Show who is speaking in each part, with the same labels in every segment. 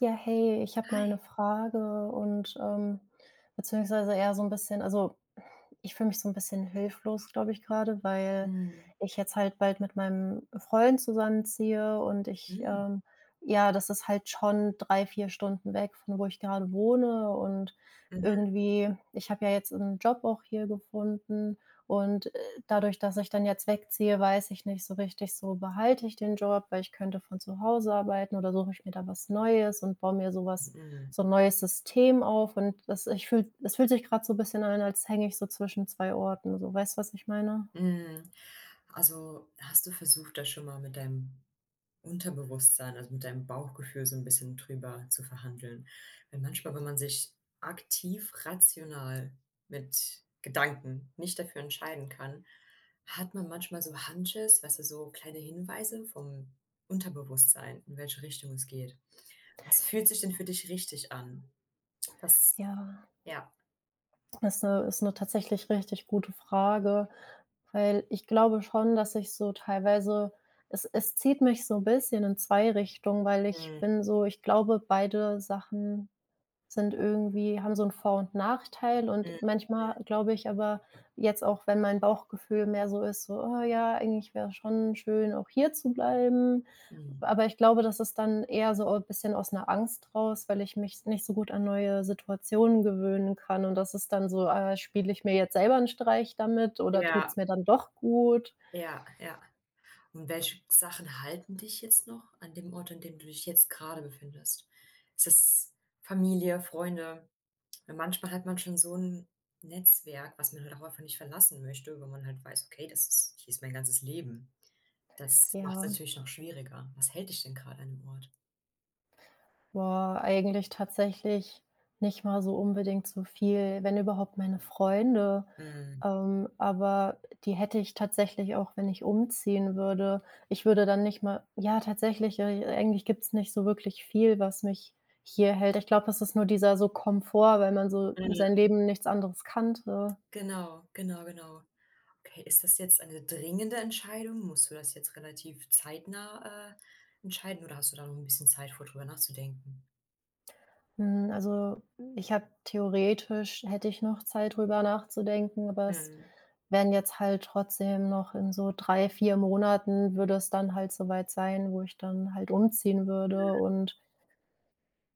Speaker 1: Ja, hey, ich habe mal eine
Speaker 2: Hi.
Speaker 1: Frage und, beziehungsweise eher so ein bisschen also, ich fühle mich so ein bisschen hilflos, glaube ich, gerade, weil
Speaker 2: Mhm.
Speaker 1: ich jetzt halt bald mit meinem Freund zusammenziehe und ich,
Speaker 2: Mhm.
Speaker 1: ähm ja, das ist halt schon 3 4 Stunden weg, von wo ich gerade wohne und
Speaker 2: Mhm.
Speaker 1: irgendwie ich habe ja jetzt einen Job auch hier gefunden und dadurch, dass ich dann jetzt wegziehe, weiß ich nicht so richtig so, behalte ich den Job, weil ich könnte von zu Hause arbeiten oder suche ich mir da was Neues und baue mir so was
Speaker 2: Mhm.
Speaker 1: so ein neues System auf und das ich fühle es fühlt sich gerade so ein bisschen an, als hänge ich so zwischen zwei Orten, so. Weißt du, was ich meine?
Speaker 2: Mhm. Also, hast du versucht, da schon mal mit deinem Unterbewusstsein, also mit deinem Bauchgefühl so ein bisschen drüber zu verhandeln? Weil manchmal, wenn man sich aktiv rational mit Gedanken nicht dafür entscheiden kann, hat man manchmal so Hunches, weißt du, so kleine Hinweise vom Unterbewusstsein, in welche Richtung es geht. Was fühlt sich denn für dich richtig an? Das
Speaker 1: Ja,
Speaker 2: Ja.
Speaker 1: das ist 'ne ist eine tatsächlich richtig gute Frage, weil ich glaube schon, dass ich so teilweise es zieht mich so 'n bisschen in 2 Richtungen, weil ich
Speaker 2: Mhm.
Speaker 1: bin so ich glaube, beide Sachen Sind irgendwie haben so einen Vor und Nachteil und
Speaker 2: Mhm.
Speaker 1: manchmal glaube ich aber jetzt auch, wenn mein Bauchgefühl mehr so ist, so: „Oh ja, eigentlich wäre schon schön, auch hier zu bleiben.“
Speaker 2: Mhm.
Speaker 1: Aber ich glaube, das ist dann eher so ein bisschen aus einer Angst raus, weil ich mich nicht so gut an neue Situationen gewöhnen kann und das ist dann so, spiele ich mir jetzt selber einen Streich damit oder
Speaker 2: Ja,
Speaker 1: tut's mir dann doch gut?
Speaker 2: ja, ja. Und welche Sachen halten dich jetzt noch an dem Ort, an dem du dich jetzt gerade befindest? Ist es Familie, Freunde? Weil manchmal hat man schon so ein Netzwerk, was man halt auch einfach nicht verlassen möchte, weil man halt weiß: „Okay, das ist hier ist mein ganzes Leben.“ Das macht es
Speaker 1: Ja.
Speaker 2: natürlich noch schwieriger. Was hält dich denn gerade an dem Ort?
Speaker 1: Boah, eigentlich tatsächlich nicht mal so unbedingt so viel, wenn überhaupt meine Freunde.
Speaker 2: Mhm.
Speaker 1: Aber die hätte ich tatsächlich auch, wenn ich umziehen würde. Ich würde dann nicht mal ja, tatsächlich, eigentlich gibt es nicht so wirklich viel, was mich hier hält. Ich glaube, es ist nur dieser so Komfort, weil man so sein
Speaker 2: Mhm.
Speaker 1: Leben nichts anderes kannte.
Speaker 2: Genau, genau, genau. Okay, ist das jetzt eine dringende Entscheidung? Musst du das jetzt relativ zeitnah entscheiden oder hast du da noch ein bisschen Zeit, vor drüber nachzudenken?
Speaker 1: Hm, also, ich habe theoretisch hätte ich noch Zeit, drüber nachzudenken, aber es
Speaker 2: Mhm.
Speaker 1: wären jetzt halt trotzdem noch in so 3 4 Monaten würde es dann halt soweit sein, wo ich dann halt umziehen würde. Und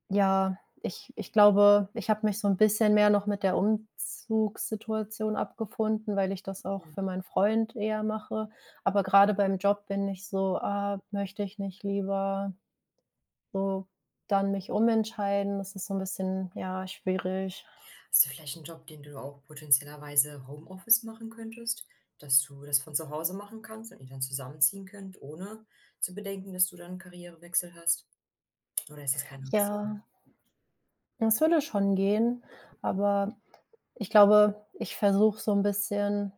Speaker 1: ja, ich glaube, ich habe mich so ein bisschen mehr noch mit der Umzugssituation abgefunden, weil ich das auch
Speaker 2: Hm,
Speaker 1: für meinen Freund eher mache. Aber gerade beim Job bin ich so: „Ah, möchte ich nicht lieber so, dann mich umentscheiden, das ist so ein bisschen, ja, schwierig.
Speaker 2: hast du vielleicht einen Job, den du auch potenziellerweise Homeoffice machen könntest, dass du das von zu Hause machen kannst und ihr dann zusammenziehen könnt, ohne zu bedenken, dass du dann 'n Karrierewechsel hast? Oder ist das keine
Speaker 1: Ja,
Speaker 2: Option?
Speaker 1: es würde schon gehen, aber ich glaube, ich versuche so ein bisschen,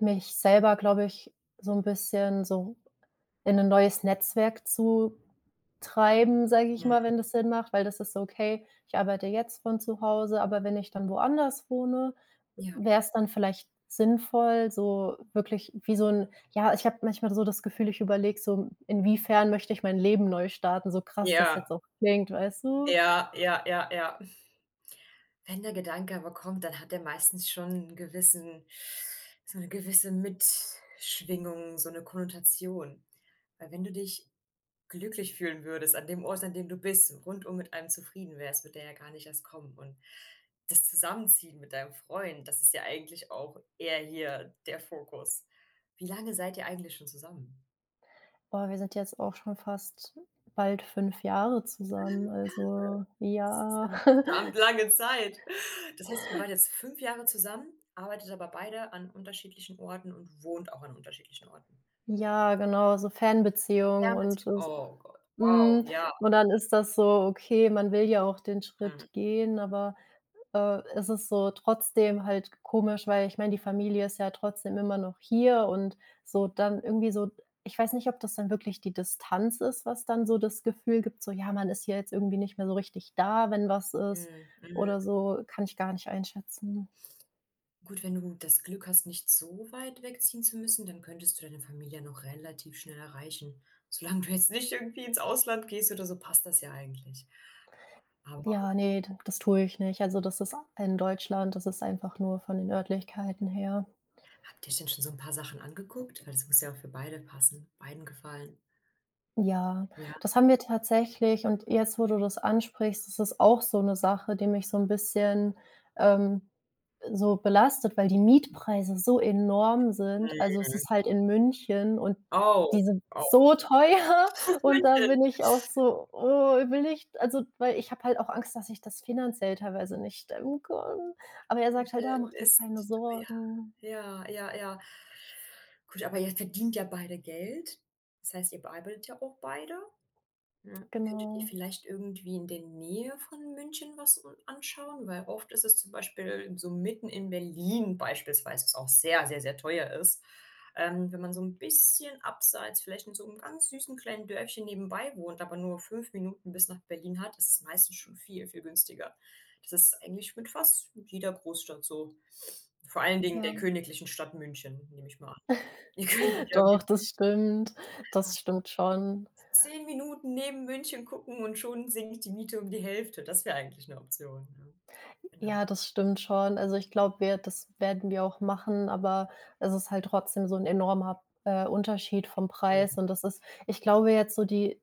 Speaker 1: mich selber, glaube ich, so ein bisschen so in ein neues Netzwerk zu treiben, sage ich mal,
Speaker 2: Mhm,
Speaker 1: wenn das Sinn macht, weil das ist so: „Okay, ich arbeite jetzt von zu Hause, aber wenn ich dann woanders wohne,
Speaker 2: ja.
Speaker 1: wäre es dann vielleicht sinnvoll, so wirklich wie so 'n ja, ich habe manchmal so das Gefühl, ich überlege so: „Inwiefern möchte ich mein Leben neu starten?“ So krass das
Speaker 2: Ja,
Speaker 1: jetzt auch klingt, weißt du?
Speaker 2: ja, ja, ja, ja. Wenn der Gedanke aber kommt, dann hat er meistens schon 'n gewissen, so 'ne gewisse Mitschwingung, so eine Konnotation. Weil wenn du dich glücklich fühlen würdest an dem Ort, an dem du bist, rundum mit einem zufrieden wärst, würde der ja gar nicht erst kommen. Und das Zusammenziehen mit deinem Freund, das ist ja eigentlich auch eher hier der Fokus. Wie lange seid ihr eigentlich schon zusammen?
Speaker 1: Boah, wir sind jetzt auch schon fast bald 5 Jahre zusammen, also
Speaker 2: Das ist
Speaker 1: ja.
Speaker 2: eine verdammt lange Zeit. Das heißt, ihr wart jetzt 5 Jahre zusammen, arbeitet aber beide an unterschiedlichen Orten und wohnt auch an unterschiedlichen Orten.
Speaker 1: Ja, genau, so Fernbeziehung und
Speaker 2: Fernbeziehung,
Speaker 1: es
Speaker 2: oh Gott, wow,
Speaker 1: mhm,
Speaker 2: ja.
Speaker 1: und dann ist das so, okay, man will ja auch den Schritt
Speaker 2: Mhm,
Speaker 1: gehen, aber ist es so trotzdem halt komisch, weil ich meine, die Familie ist ja trotzdem immer noch hier und so dann irgendwie so ich weiß nicht, ob das dann wirklich die Distanz ist, was dann so das Gefühl gibt, so: „Ja, man ist hier jetzt irgendwie nicht mehr so richtig da, wenn was ist“
Speaker 2: mhm, mhm.
Speaker 1: oder so, kann ich gar nicht einschätzen.
Speaker 2: Gut, wenn du das Glück hast, nicht so weit wegziehen zu müssen, dann könntest du deine Familie noch relativ schnell erreichen. Solange du jetzt nicht irgendwie ins Ausland gehst oder so, passt das ja eigentlich. Aber
Speaker 1: Ja, nee d das tue ich nicht. Also, das ist in Deutschland, das ist einfach nur von den Örtlichkeiten her.
Speaker 2: habt ihr euch denn schon so ein paar Sachen angeguckt? Weil das muss ja auch für beide passen, beiden gefallen.
Speaker 1: Ja,
Speaker 2: Ja?
Speaker 1: das haben wir tatsächlich und jetzt, wo du das ansprichst, ist es auch so eine Sache, die mich so ein bisschen, ähm, so belastet, weil die Mietpreise so enorm sind. Also, es
Speaker 2: Mhm.
Speaker 1: ist halt in München und
Speaker 2: Oh,
Speaker 1: die sind
Speaker 2: oh.
Speaker 1: so teuer und da
Speaker 2: München.
Speaker 1: bin ich auch so: „Oh, will ich“ also, weil ich habe halt auch Angst, dass ich das finanziell teilweise nicht stemmen kann. Aber er sagt halt: da mach
Speaker 2: München
Speaker 1: dir
Speaker 2: ist
Speaker 1: keine Sorgen.“
Speaker 2: teuer. Ja, ja, ja. Gut, aber ihr verdient ja beide Geld. Das heißt, ihr bearbeitet ja auch beide. Ja. Könntet ihr
Speaker 1: Genau,
Speaker 2: vielleicht irgendwie in der Nähe von München was u anschauen? Weil oft ist es zum Beispiel so mitten in Berlin beispielsweise, was auch sehr, sehr, sehr teuer ist. Wenn man so ein bisschen abseits, vielleicht in so einem ganz süßen kleinen Dörfchen nebenbei wohnt, aber nur 5 Minuten bis nach Berlin hat, ist es meistens schon viel, viel günstiger. Das ist eigentlich mit fast jeder Großstadt so. Vor allen Dingen der
Speaker 1: ja.
Speaker 2: königlichen Stadt München, nehme ich mal an. Ihr könntet ja
Speaker 1: Doch,
Speaker 2: irgendwie
Speaker 1: das stimmt.
Speaker 2: einfach
Speaker 1: Das
Speaker 2: so
Speaker 1: stimmt schon.
Speaker 2: 10 Minuten neben München gucken und schon sinkt die Miete um die Hälfte. Das wäre eigentlich 'ne Option, ne? Genau.
Speaker 1: Ja, das stimmt schon. Also, ich glaube, wir das werden wir auch machen, aber es ist halt trotzdem so ein enormer, Unterschied vom Preis und das ist ich glaube jetzt so die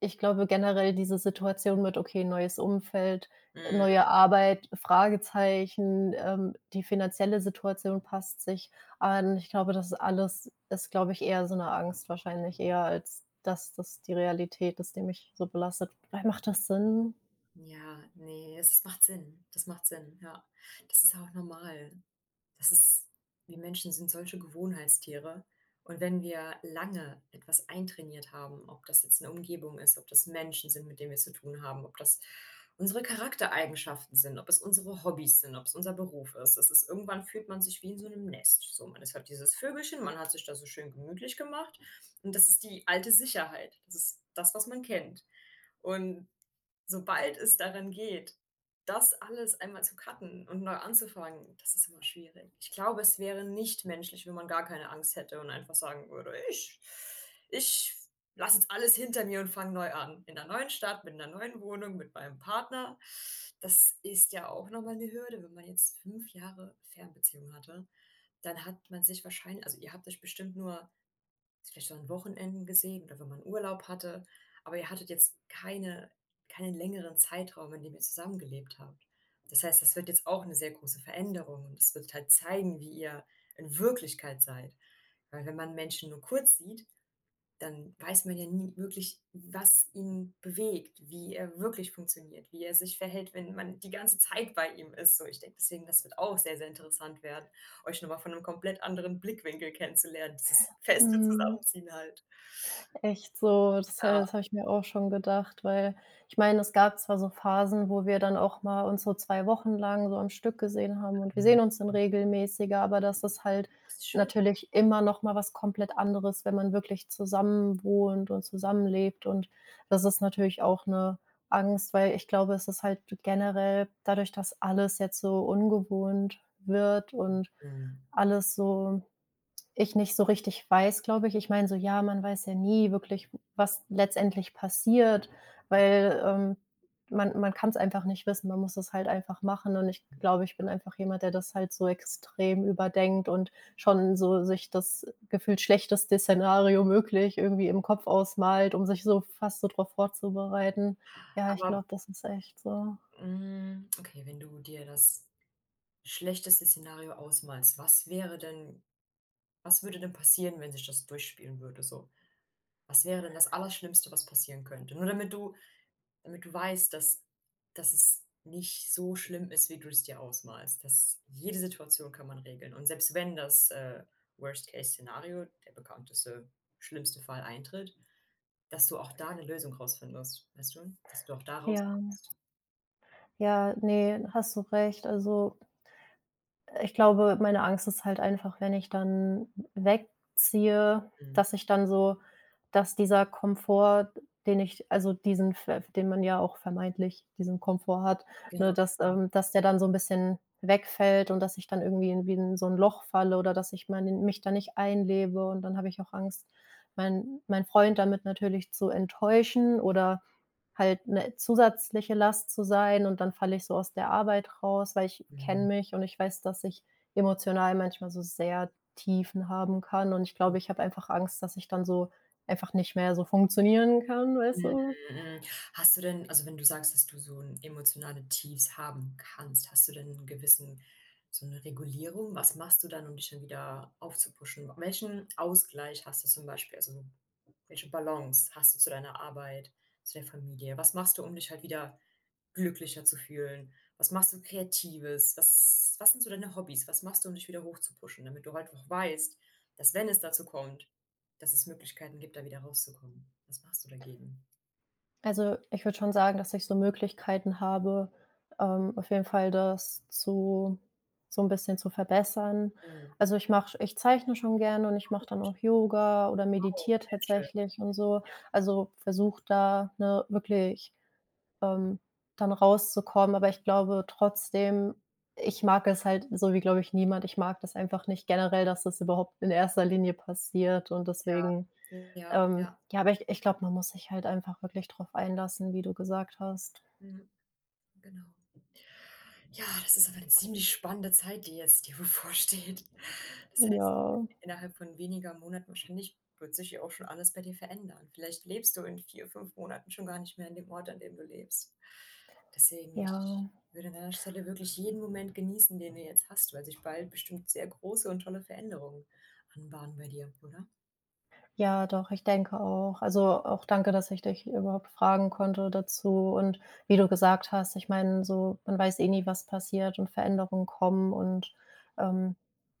Speaker 1: ich glaube generell diese Situation mit, okay, neues Umfeld,
Speaker 2: Mhm.
Speaker 1: neue Arbeit, Fragezeichen, die finanzielle Situation passt sich an. Ich glaube, das ist alles ist, glaube ich, eher so eine Angst wahrscheinlich eher, als dass das die Realität ist, die mich so belastet. Macht das Sinn?
Speaker 2: Ja, ne, es macht Sinn. Das macht Sinn, ja. Das ist auch normal. Das ist, wir Menschen sind solche Gewohnheitstiere, und wenn wir lange etwas eintrainiert haben, ob das jetzt eine Umgebung ist, ob das Menschen sind, mit denen wir es zu tun haben, ob das unsere Charaktereigenschaften sind, ob es unsere Hobbys sind, ob es unser Beruf ist. Es ist, irgendwann fühlt man sich wie in so einem Nest. So, man ist halt dieses Vögelchen, man hat sich da so schön gemütlich gemacht und das ist die alte Sicherheit. Das ist das, was man kennt, und sobald es daran geht, das alles einmal zu cutten und neu anzufangen, das ist immer schwierig. Ich glaube, es wäre nicht menschlich, wenn man gar keine Angst hätte und einfach sagen würde: „Ich lasse jetzt alles hinter mir und fange neu an. In 'ner neuen Stadt, mit 'ner neuen Wohnung, mit meinem Partner.“ Das ist ja auch nochmal eine Hürde, wenn man jetzt 5 Jahre Fernbeziehung hatte, dann hat man sich wahrscheinlich, also, ihr habt euch bestimmt nur vielleicht so an Wochenenden gesehen oder wenn man Urlaub hatte, aber ihr hattet jetzt keinen längeren Zeitraum, in dem ihr zusammengelebt habt. Das heißt, das wird jetzt auch eine sehr große Veränderung und das wird halt zeigen, wie ihr in Wirklichkeit seid. Weil wenn man Menschen nur kurz sieht, dann weiß man ja nie wirklich, was ihn bewegt, wie er wirklich funktioniert, wie er sich verhält, wenn man die ganze Zeit bei ihm ist. So, ich denke, deswegen, das wird auch sehr, sehr interessant werden, euch nochmal von einem komplett anderen Blickwinkel kennenzulernen, dieses feste
Speaker 1: Mhm.
Speaker 2: Zusammenziehen halt.
Speaker 1: Echt so,
Speaker 2: Ja,
Speaker 1: das habe ich mir auch schon gedacht, weil ich meine, es gab zwar so Phasen, wo wir dann auch mal uns so 2 Wochen lang so am Stück gesehen haben und wir
Speaker 2: mhm,
Speaker 1: sehen uns dann regelmäßiger, aber das ist halt
Speaker 2: das ist schön.
Speaker 1: natürlich immer noch mal was komplett anderes, wenn man wirklich zusammen wohnt und zusammenlebt und das ist natürlich auch eine Angst, weil ich glaube, es ist halt generell dadurch, dass alles jetzt so ungewohnt wird und
Speaker 2: Mhm.
Speaker 1: alles so ich nicht so richtig weiß, glaube ich. Ich meine, so ja, man weiß ja nie wirklich, was letztendlich passiert,
Speaker 2: Genau.
Speaker 1: weil man kann es einfach nicht wissen. Man muss es halt einfach machen. Und ich glaube, ich bin einfach jemand, der das halt so extrem überdenkt und schon so sich das gefühlt schlechteste Szenario möglich irgendwie im Kopf ausmalt, um sich so fast so drauf vorzubereiten. Ja, ich
Speaker 2: Aber
Speaker 1: glaube, das ist echt so.
Speaker 2: okay, wenn du dir das schlechteste Szenario ausmalst, was wäre denn, was würde denn passieren, wenn sich das durchspielen würde so? Was wäre denn das Allerschlimmste, was passieren könnte? Nur damit du, damit du weißt, dass es nicht so schlimm ist, wie du es dir ausmalst. Dass jede Situation kann man regeln. Und selbst wenn das Worst-Case-Szenario, der bekannteste, schlimmste Fall eintritt, dass du auch da eine Lösung rausfindest, weißt du? Dass du auch da
Speaker 1: Ja,
Speaker 2: rauskommst.
Speaker 1: ja, nee, hast du recht. Also ich glaube, meine Angst ist halt einfach, wenn ich dann wegziehe,
Speaker 2: Mhm.
Speaker 1: dass ich dann so dass dieser Komfort, den ich also diesen ver den man ja auch vermeintlich diesen Komfort hat,
Speaker 2: Genau,
Speaker 1: ne, dass
Speaker 2: genau.
Speaker 1: dass der dann so ein bisschen wegfällt und dass ich dann irgendwie in wie in so ein Loch falle oder dass ich meine mich da nicht einlebe und dann habe ich auch Angst, meinen Freund damit natürlich zu enttäuschen oder halt 'ne zusätzliche Last zu sein und dann falle ich so aus der Arbeit raus, weil ich kenne
Speaker 2: Mhm.
Speaker 1: mich und ich weiß, dass ich emotional manchmal so sehr Tiefen haben kann und ich glaube, ich habe einfach Angst, dass ich dann so einfach nicht mehr so funktionieren kann, weißt
Speaker 2: Mhm,
Speaker 1: du?
Speaker 2: mhm. Hast du denn, also, wenn du sagst, dass du so 'n emotionale Tiefs haben kannst, hast du denn 'n gewissen, so eine Regulierung? Was machst du dann, um dich dann wieder aufzupuschen? Welchen Ausgleich hast du zum Beispiel? Also, welche Balance hast du zu deiner Arbeit, zu der Familie? Was machst du, um dich halt wieder glücklicher zu fühlen? Was machst du Kreatives? Was sind so deine Hobbys? Was machst du, um dich wieder hochzupuschen, damit du halt auch weißt, dass wenn es dazu kommt, dass es Möglichkeiten gibt, da wieder rauszukommen? Was machst du dagegen?
Speaker 1: Also, ich würde schon sagen, dass ich so Möglichkeiten habe, auf jeden Fall das zu so ein bisschen zu verbessern.
Speaker 2: Mhm.
Speaker 1: Also, ich zeichne schon gerne und ich mache dann auch Yoga oder
Speaker 2: Oh,
Speaker 1: meditiere
Speaker 2: sehr schön,
Speaker 1: tatsächlich und so.
Speaker 2: ja.
Speaker 1: Also, versuche da, ne, wirklich, ähm, dann rauszukommen, aber ich glaube trotzdem ich mag es halt so wie, glaube ich, niemand. Ich mag das einfach nicht generell, dass das überhaupt in erster Linie passiert und
Speaker 2: Ja,
Speaker 1: deswegen
Speaker 2: ja,
Speaker 1: ähm,
Speaker 2: ja,
Speaker 1: ja, aber ich glaube, man muss sich halt einfach wirklich drauf einlassen, wie du gesagt hast.
Speaker 2: mhm, genau. Ja, das ist aber 'ne ziemlich spannende Zeit, die jetzt dir bevorsteht. Das
Speaker 1: Ja.
Speaker 2: heißt, innerhalb von weniger Monaten wahrscheinlich wird sich ja auch schon alles bei dir verändern. Vielleicht lebst du in 4, 5 Monaten schon gar nicht mehr an dem Ort, an dem du lebst. Deswegen,
Speaker 1: Ja,
Speaker 2: ich würde an deiner Stelle wirklich jeden Moment genießen, den du jetzt hast, weil sich bald bestimmt sehr große und tolle Veränderungen anbahnen bei dir, oder?
Speaker 1: ja, doch, ich denke auch. Also, auch danke, dass ich dich überhaupt fragen konnte dazu. Und wie du gesagt hast, ich meine, so, man weiß eh nie, was passiert und Veränderungen kommen und, ähm,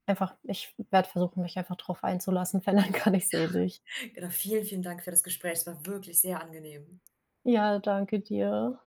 Speaker 1: einfach ich werde versuchen, mich einfach drauf einzulassen, wenn, dann kann ich eh nicht.
Speaker 2: Genau, vielen, vielen Dank für das Gespräch. Es war wirklich sehr angenehm.
Speaker 1: Ja, danke dir.